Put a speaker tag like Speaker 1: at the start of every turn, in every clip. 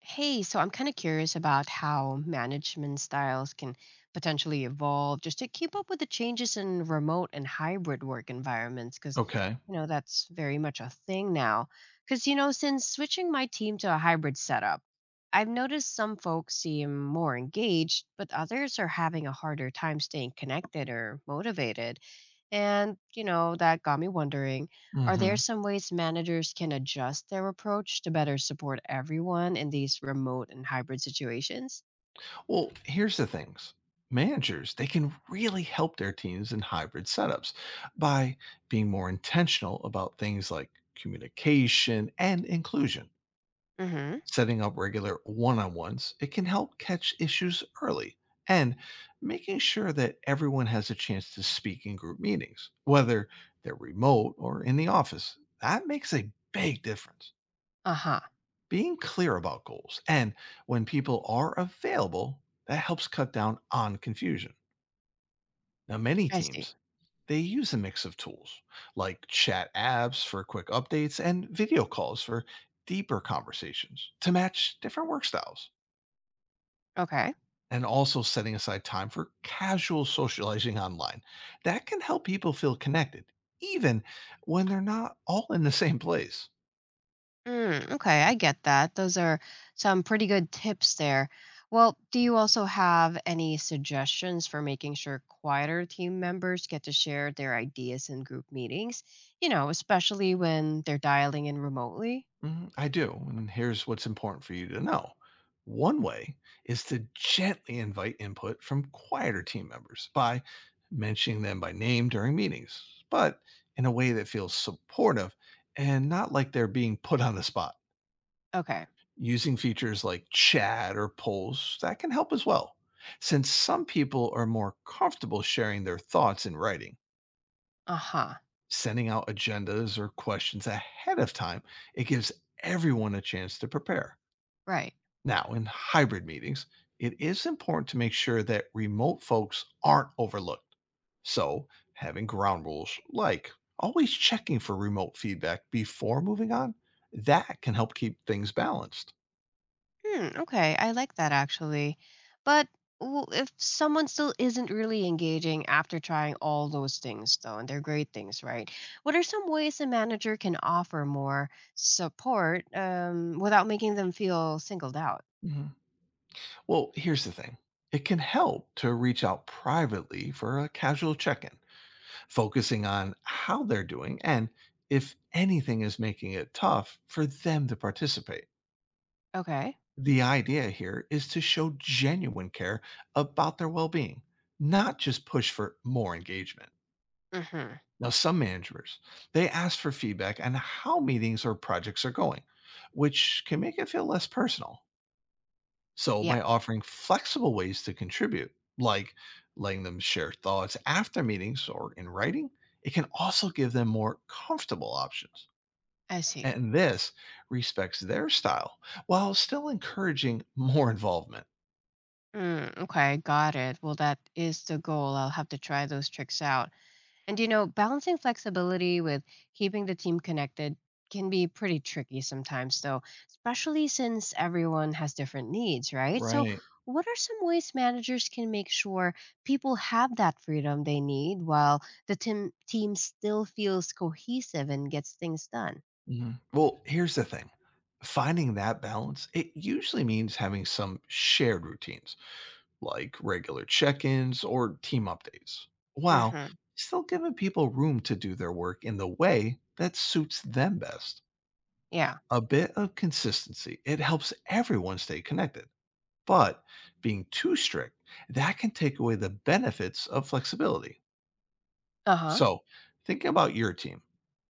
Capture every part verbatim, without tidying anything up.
Speaker 1: Hey, so I'm kind of curious about how management styles can potentially evolve just to keep up with the changes in remote and hybrid work environments, because,
Speaker 2: Okay.
Speaker 1: you know, that's very much a thing now. Because, you know, since switching my team to a hybrid setup, I've noticed some folks seem more engaged, but others are having a harder time staying connected or motivated. And, you know, that got me wondering, are there
Speaker 2: Mhm.
Speaker 1: some ways managers can adjust their approach to better support everyone in these remote and hybrid situations?
Speaker 2: Well, here's the things. Managers, they can really help their teams in hybrid setups by being more intentional about things like communication and inclusion.
Speaker 1: Hmm.
Speaker 2: Setting up regular one-on-ones, it can help catch issues early and making sure that everyone has a chance to speak in group meetings, whether they're remote or in the office. That makes a big difference.
Speaker 1: Uh-huh.
Speaker 2: Being clear about goals and when people are available, that helps cut down on confusion. Now, many
Speaker 1: I see.
Speaker 2: teams, they use a mix of tools like chat apps for quick updates and video calls for deeper conversations to match different work styles.
Speaker 1: Okay.
Speaker 2: And also setting aside time for casual socializing online. That can help people feel connected, even when they're not all in the same place.
Speaker 1: Mm, okay, I get that. Those are some pretty good tips there. Well, do you also have any suggestions for making sure quieter team members get to share their ideas in group meetings? You know, especially when they're dialing in remotely?
Speaker 2: Mhm, I do, and here's what's important for you to know. One way is to gently invite input from quieter team members by mentioning them by name during meetings, but in a way that feels supportive and not like they're being put on the spot.
Speaker 1: Okay.
Speaker 2: Using features like chat or polls that can help as well. Since some people are more comfortable sharing their thoughts in writing,
Speaker 1: Uh-huh.
Speaker 2: sending out agendas or questions ahead of time, it gives everyone a chance to prepare.
Speaker 1: Right.
Speaker 2: Now, in hybrid meetings, it is important to make sure that remote folks aren't overlooked. So, having ground rules like always checking for remote feedback before moving on, that can help keep things balanced.
Speaker 1: Hmm, okay, I like that actually. But w- if someone still isn't really engaging after trying all those things, though, and they're great things, right? What are some ways a manager can offer more support um, without making them feel singled out?
Speaker 2: Mhm. Well, here's the thing, it can help to reach out privately for a casual check in, focusing on how they're doing and if anything is making it tough for them to participate.
Speaker 1: Okay.
Speaker 2: The idea here is to show genuine care about their well being, not just push for more engagement.
Speaker 1: Mm-hmm.
Speaker 2: Now, some managers, they ask for feedback on how meetings or projects are going, which can make it feel less personal. So,
Speaker 1: Yeah,
Speaker 2: by offering flexible ways to contribute, like letting them share thoughts after meetings or in writing, it can also give them more comfortable options.
Speaker 1: I see.
Speaker 2: And this respects their style while still encouraging more involvement.
Speaker 1: Mm, okay, got it. Well, that is the goal. I'll have to try those tricks out. And you know, balancing flexibility with keeping the team connected can be pretty tricky sometimes, though, especially since everyone has different needs, right? So,
Speaker 2: Right.
Speaker 1: what are some ways managers can make sure people have that freedom they need while the team team still feels cohesive and gets things done?
Speaker 2: Mhm. Well, here's the thing. Finding that balance, it usually means having some shared routines, like regular check ins or team updates, while
Speaker 1: Mhm.
Speaker 2: still giving people room to do their work in the way that suits them best.
Speaker 1: Yeah.
Speaker 2: A bit of consistency, it helps everyone stay connected. But being too strict, that can take away the benefits of flexibility.
Speaker 1: Uh-huh.
Speaker 2: So, thinking about your team,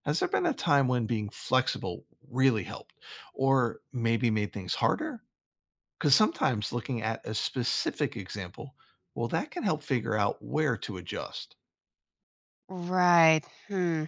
Speaker 2: has there been a time when being flexible really helped or maybe made things harder? Because sometimes looking at a specific example, well, that can help figure out where to adjust.
Speaker 1: Right. Hmm.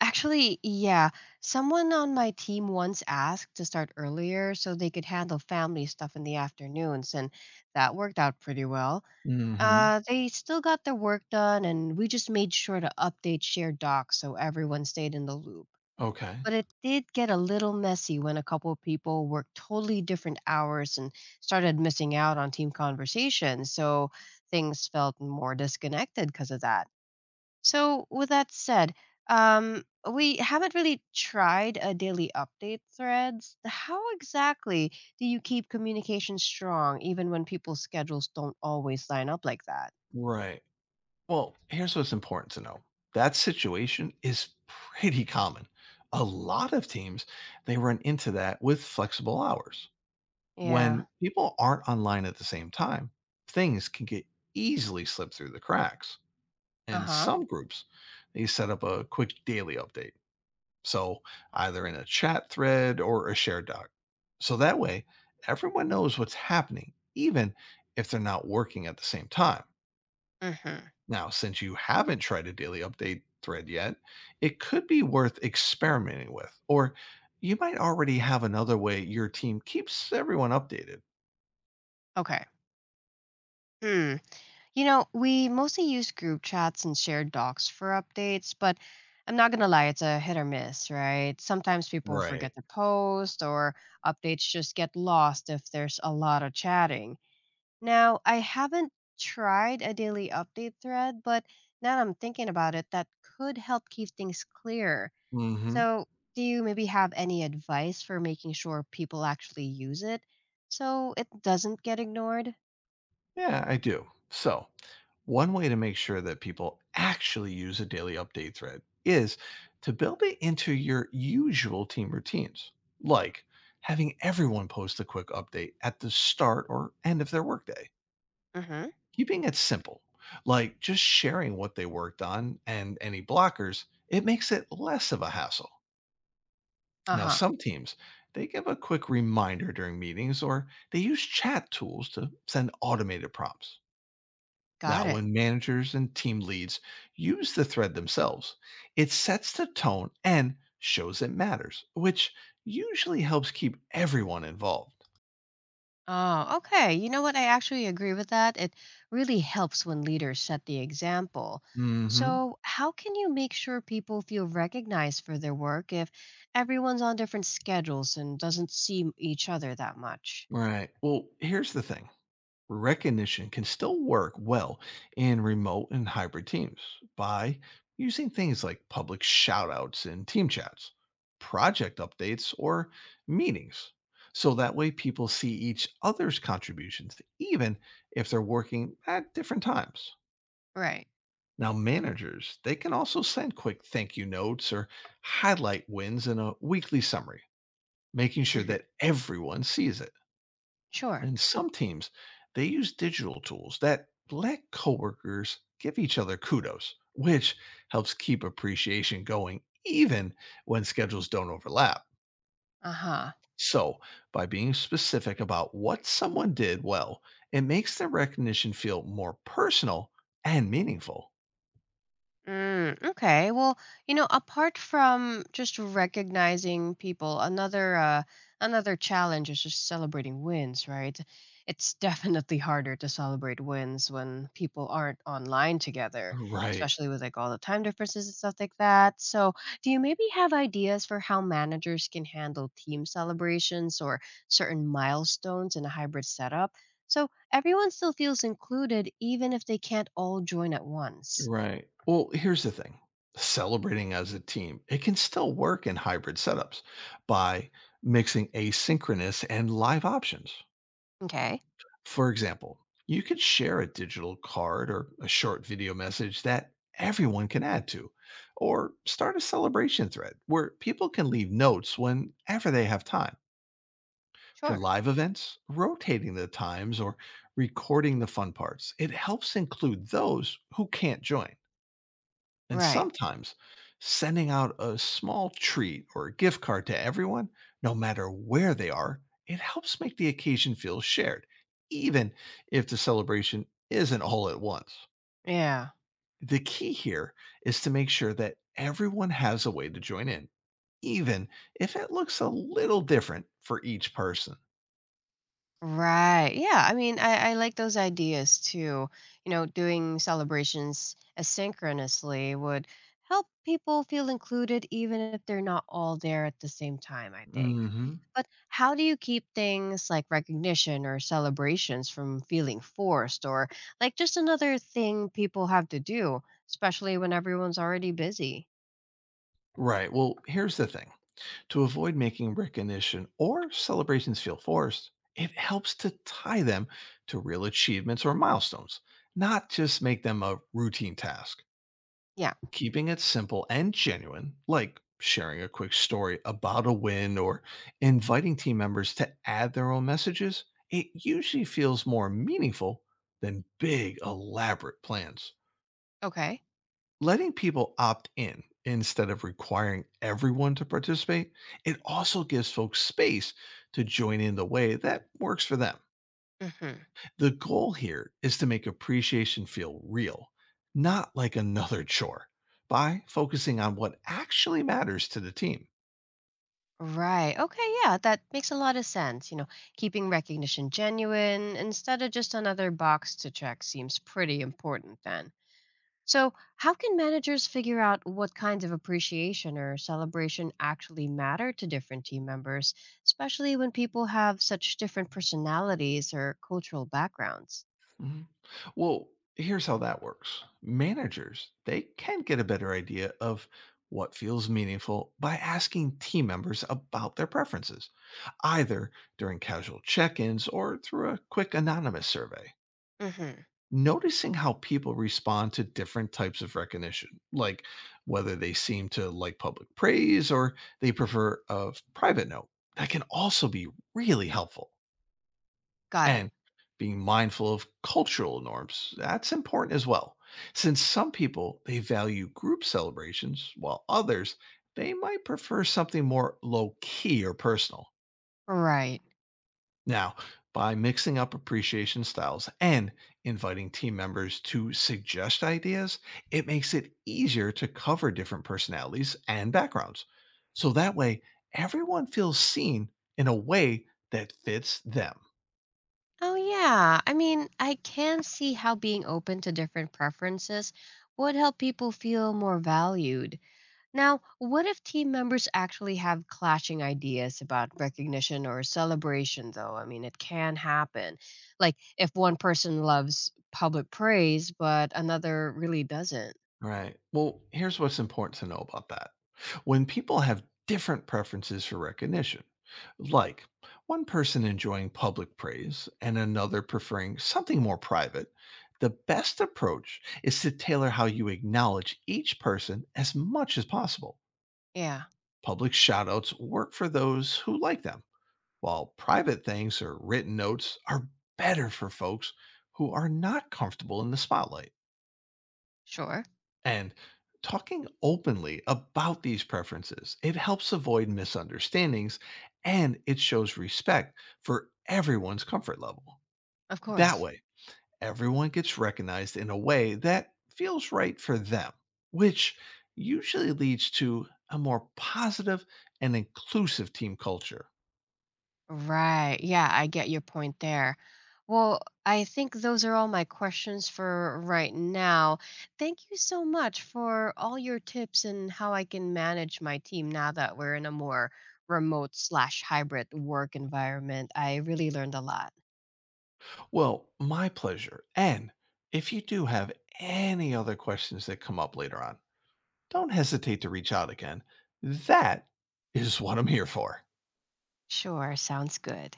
Speaker 1: Actually, yeah. Someone on my team once asked to start earlier so they could handle family stuff in the afternoons, and that worked out pretty well.
Speaker 2: hmm
Speaker 1: Uh, they still got their work done, and we just made sure to update shared docs so everyone stayed in the loop.
Speaker 2: Okay.
Speaker 1: But it did get a little messy when a couple of people worked totally different hours and started missing out on team conversations, so things felt more disconnected because of that. So, with that said, um, we haven't really tried a daily update threads. How exactly do you keep communication strong even when people's schedules don't always line up like that?
Speaker 2: Right. Well, here's what's important to know, that situation is pretty common. A lot of teams, they run into that with flexible hours.
Speaker 1: Yeah.
Speaker 2: When people aren't online at the same time, things can get easily slipped through the cracks.
Speaker 1: Uh
Speaker 2: In
Speaker 1: huh.
Speaker 2: some groups, they set up a quick daily update. So, either in a chat thread or a shared doc. So that way, everyone knows what's happening, even if they're not working at the same time.
Speaker 1: Mm-hmm.
Speaker 2: Now, since you haven't tried a daily update thread yet, it could be worth experimenting with, or you might already have another way your team keeps everyone updated.
Speaker 1: Okay. Hmm. You know, we mostly use group chats and shared docs for updates, but I'm not going to lie, it's a hit or miss, right? Sometimes people forget
Speaker 2: Right.
Speaker 1: to post or updates just get lost if there's a lot of chatting. Now, I haven't tried a daily update thread, but now that I'm thinking about it, that could help keep things clear.
Speaker 2: hmm
Speaker 1: So, do you maybe have any advice for making sure people actually use it so it doesn't get ignored?
Speaker 2: Yeah, I do. So, one way to make sure that people actually use a daily update thread is to build it into your usual team routines, like having everyone post a quick update at the start or end of their workday.
Speaker 1: Mhm.
Speaker 2: Keeping it simple, like just sharing what they worked on and any blockers, it makes it less of a hassle. Now,
Speaker 1: Uh-huh.
Speaker 2: some teams, they give a quick reminder during meetings or they use chat tools to send automated prompts.
Speaker 1: Got
Speaker 2: Now,
Speaker 1: it.
Speaker 2: when managers and team leads use the thread themselves, it sets the tone and shows it matters, which usually helps keep everyone involved.
Speaker 1: Oh, okay. You know what? I actually agree with that. It really helps when leaders set the example.
Speaker 2: hmm
Speaker 1: So, how can you make sure people feel recognized for their work if everyone's on different schedules and doesn't see each other that much?
Speaker 2: Right. Well, here's the thing, recognition can still work well in remote and hybrid teams by using things like public shoutouts in team chats, project updates, or meetings. So that way people see each other's contributions, even if they're working at different times.
Speaker 1: Right.
Speaker 2: Now, managers, they can also send quick thank you notes or highlight wins in a weekly summary, making sure that
Speaker 1: Hmm.
Speaker 2: everyone sees it.
Speaker 1: Sure.
Speaker 2: And some teams, they use digital tools that let coworkers give each other kudos, which helps keep appreciation going even when schedules don't overlap.
Speaker 1: Uh huh.
Speaker 2: So, by being specific about what someone did well, it makes the recognition feel more personal and meaningful.
Speaker 1: Mm, okay. Well, you know, apart from just recognizing people, another uh another challenge is just celebrating wins, right? It's definitely harder to celebrate wins when people aren't online together,
Speaker 2: Right.
Speaker 1: especially with like all the time differences and stuff like that. So, do you maybe have ideas for how managers can handle team celebrations or certain milestones in a hybrid setup? So everyone still feels included even if they can't all join at once.
Speaker 2: Right. Well, here's the thing. Celebrating as a team, it can still work in hybrid setups by mixing asynchronous and live options.
Speaker 1: Okay.
Speaker 2: For example, you could share a digital card or a short video message that everyone can add to, or start a celebration thread where people can leave notes whenever they have time. For
Speaker 1: Sure.
Speaker 2: live events, rotating the times or recording the fun parts, it helps include those who can't join. And
Speaker 1: Right.
Speaker 2: sometimes sending out a small treat or a gift card to everyone, no matter where they are, it helps make the occasion feel shared, even if the celebration isn't all at once.
Speaker 1: Yeah.
Speaker 2: The key here is to make sure that everyone has a way to join in, even if it looks a little different for each person.
Speaker 1: Right. Yeah. I mean, I, I like those ideas too. You know, doing celebrations asynchronously would help people feel included, even if they're not all there at the same time, I think.
Speaker 2: hmm
Speaker 1: But how do you keep things like recognition or celebrations from feeling forced or like just another thing people have to do, especially when everyone's already busy?
Speaker 2: Right. Well, here's the thing. To avoid making recognition or celebrations feel forced, it helps to tie them to real achievements or milestones, not just make them a routine task.
Speaker 1: Yeah.
Speaker 2: Keeping it simple and genuine, like sharing a quick story about a win or inviting team members to add their own messages, it usually feels more meaningful than big, elaborate plans.
Speaker 1: Okay.
Speaker 2: Letting people opt in instead of requiring everyone to participate, it also gives folks space to join in the way that works for them.
Speaker 1: Hmm.
Speaker 2: The goal here is to make appreciation feel real, not like another chore, by focusing on what actually matters to the team.
Speaker 1: Right. Okay. Yeah, that makes a lot of sense. You know, keeping recognition genuine instead of just another box to check seems pretty important then. So, how can managers figure out what kinds of appreciation or celebration actually matter to different team members, especially when people have such different personalities or cultural backgrounds?
Speaker 2: Mhm. Well, here's how that works. Managers, they can get a better idea of what feels meaningful by asking team members about their preferences either during casual check ins or through a quick anonymous survey.
Speaker 1: Mm-hmm.
Speaker 2: Noticing how people respond to different types of recognition, like whether they seem to like public praise or they prefer a private note, that can also be really helpful.
Speaker 1: Got it.
Speaker 2: And being mindful of cultural norms, that's important as well. Since some people they value group celebrations, while others they might prefer something more low key or personal.
Speaker 1: Right.
Speaker 2: Now, by mixing up appreciation styles and inviting team members to suggest ideas, it makes it easier to cover different personalities and backgrounds. So that way, everyone feels seen in a way that fits them.
Speaker 1: Oh, yeah. I mean, I can see how being open to different preferences would help people feel more valued. Now, what if team members actually have clashing ideas about recognition or celebration, though? I mean, it can happen. Like if one person loves public praise, but another really doesn't.
Speaker 2: Right. Well, here's what's important to know about that. When people have different preferences for recognition, like one person enjoying public praise and another preferring something more private, the best approach is to tailor how you acknowledge each person as much as possible.
Speaker 1: Yeah,
Speaker 2: Public shoutouts work for those who like them, while private things or written notes are better for folks who are not comfortable in the spotlight.
Speaker 1: sure.
Speaker 2: And talking openly about these preferences, it helps avoid misunderstandings and it shows respect for everyone's comfort level.
Speaker 1: Of
Speaker 2: That
Speaker 1: course.
Speaker 2: way, everyone gets recognized in a way that feels right for them, which usually leads to a more positive and inclusive team culture.
Speaker 1: Right. Yeah, I get your point there. Well, I think those are all my questions for right now. Thank you so much for all your tips and how I can manage my team now that we're in a more remote slash hybrid work environment. I really learned a lot.
Speaker 2: Well, my pleasure. And if you do have any other questions that come up later on, don't hesitate to reach out again. That is what I'm here for.
Speaker 1: Sure, sounds good.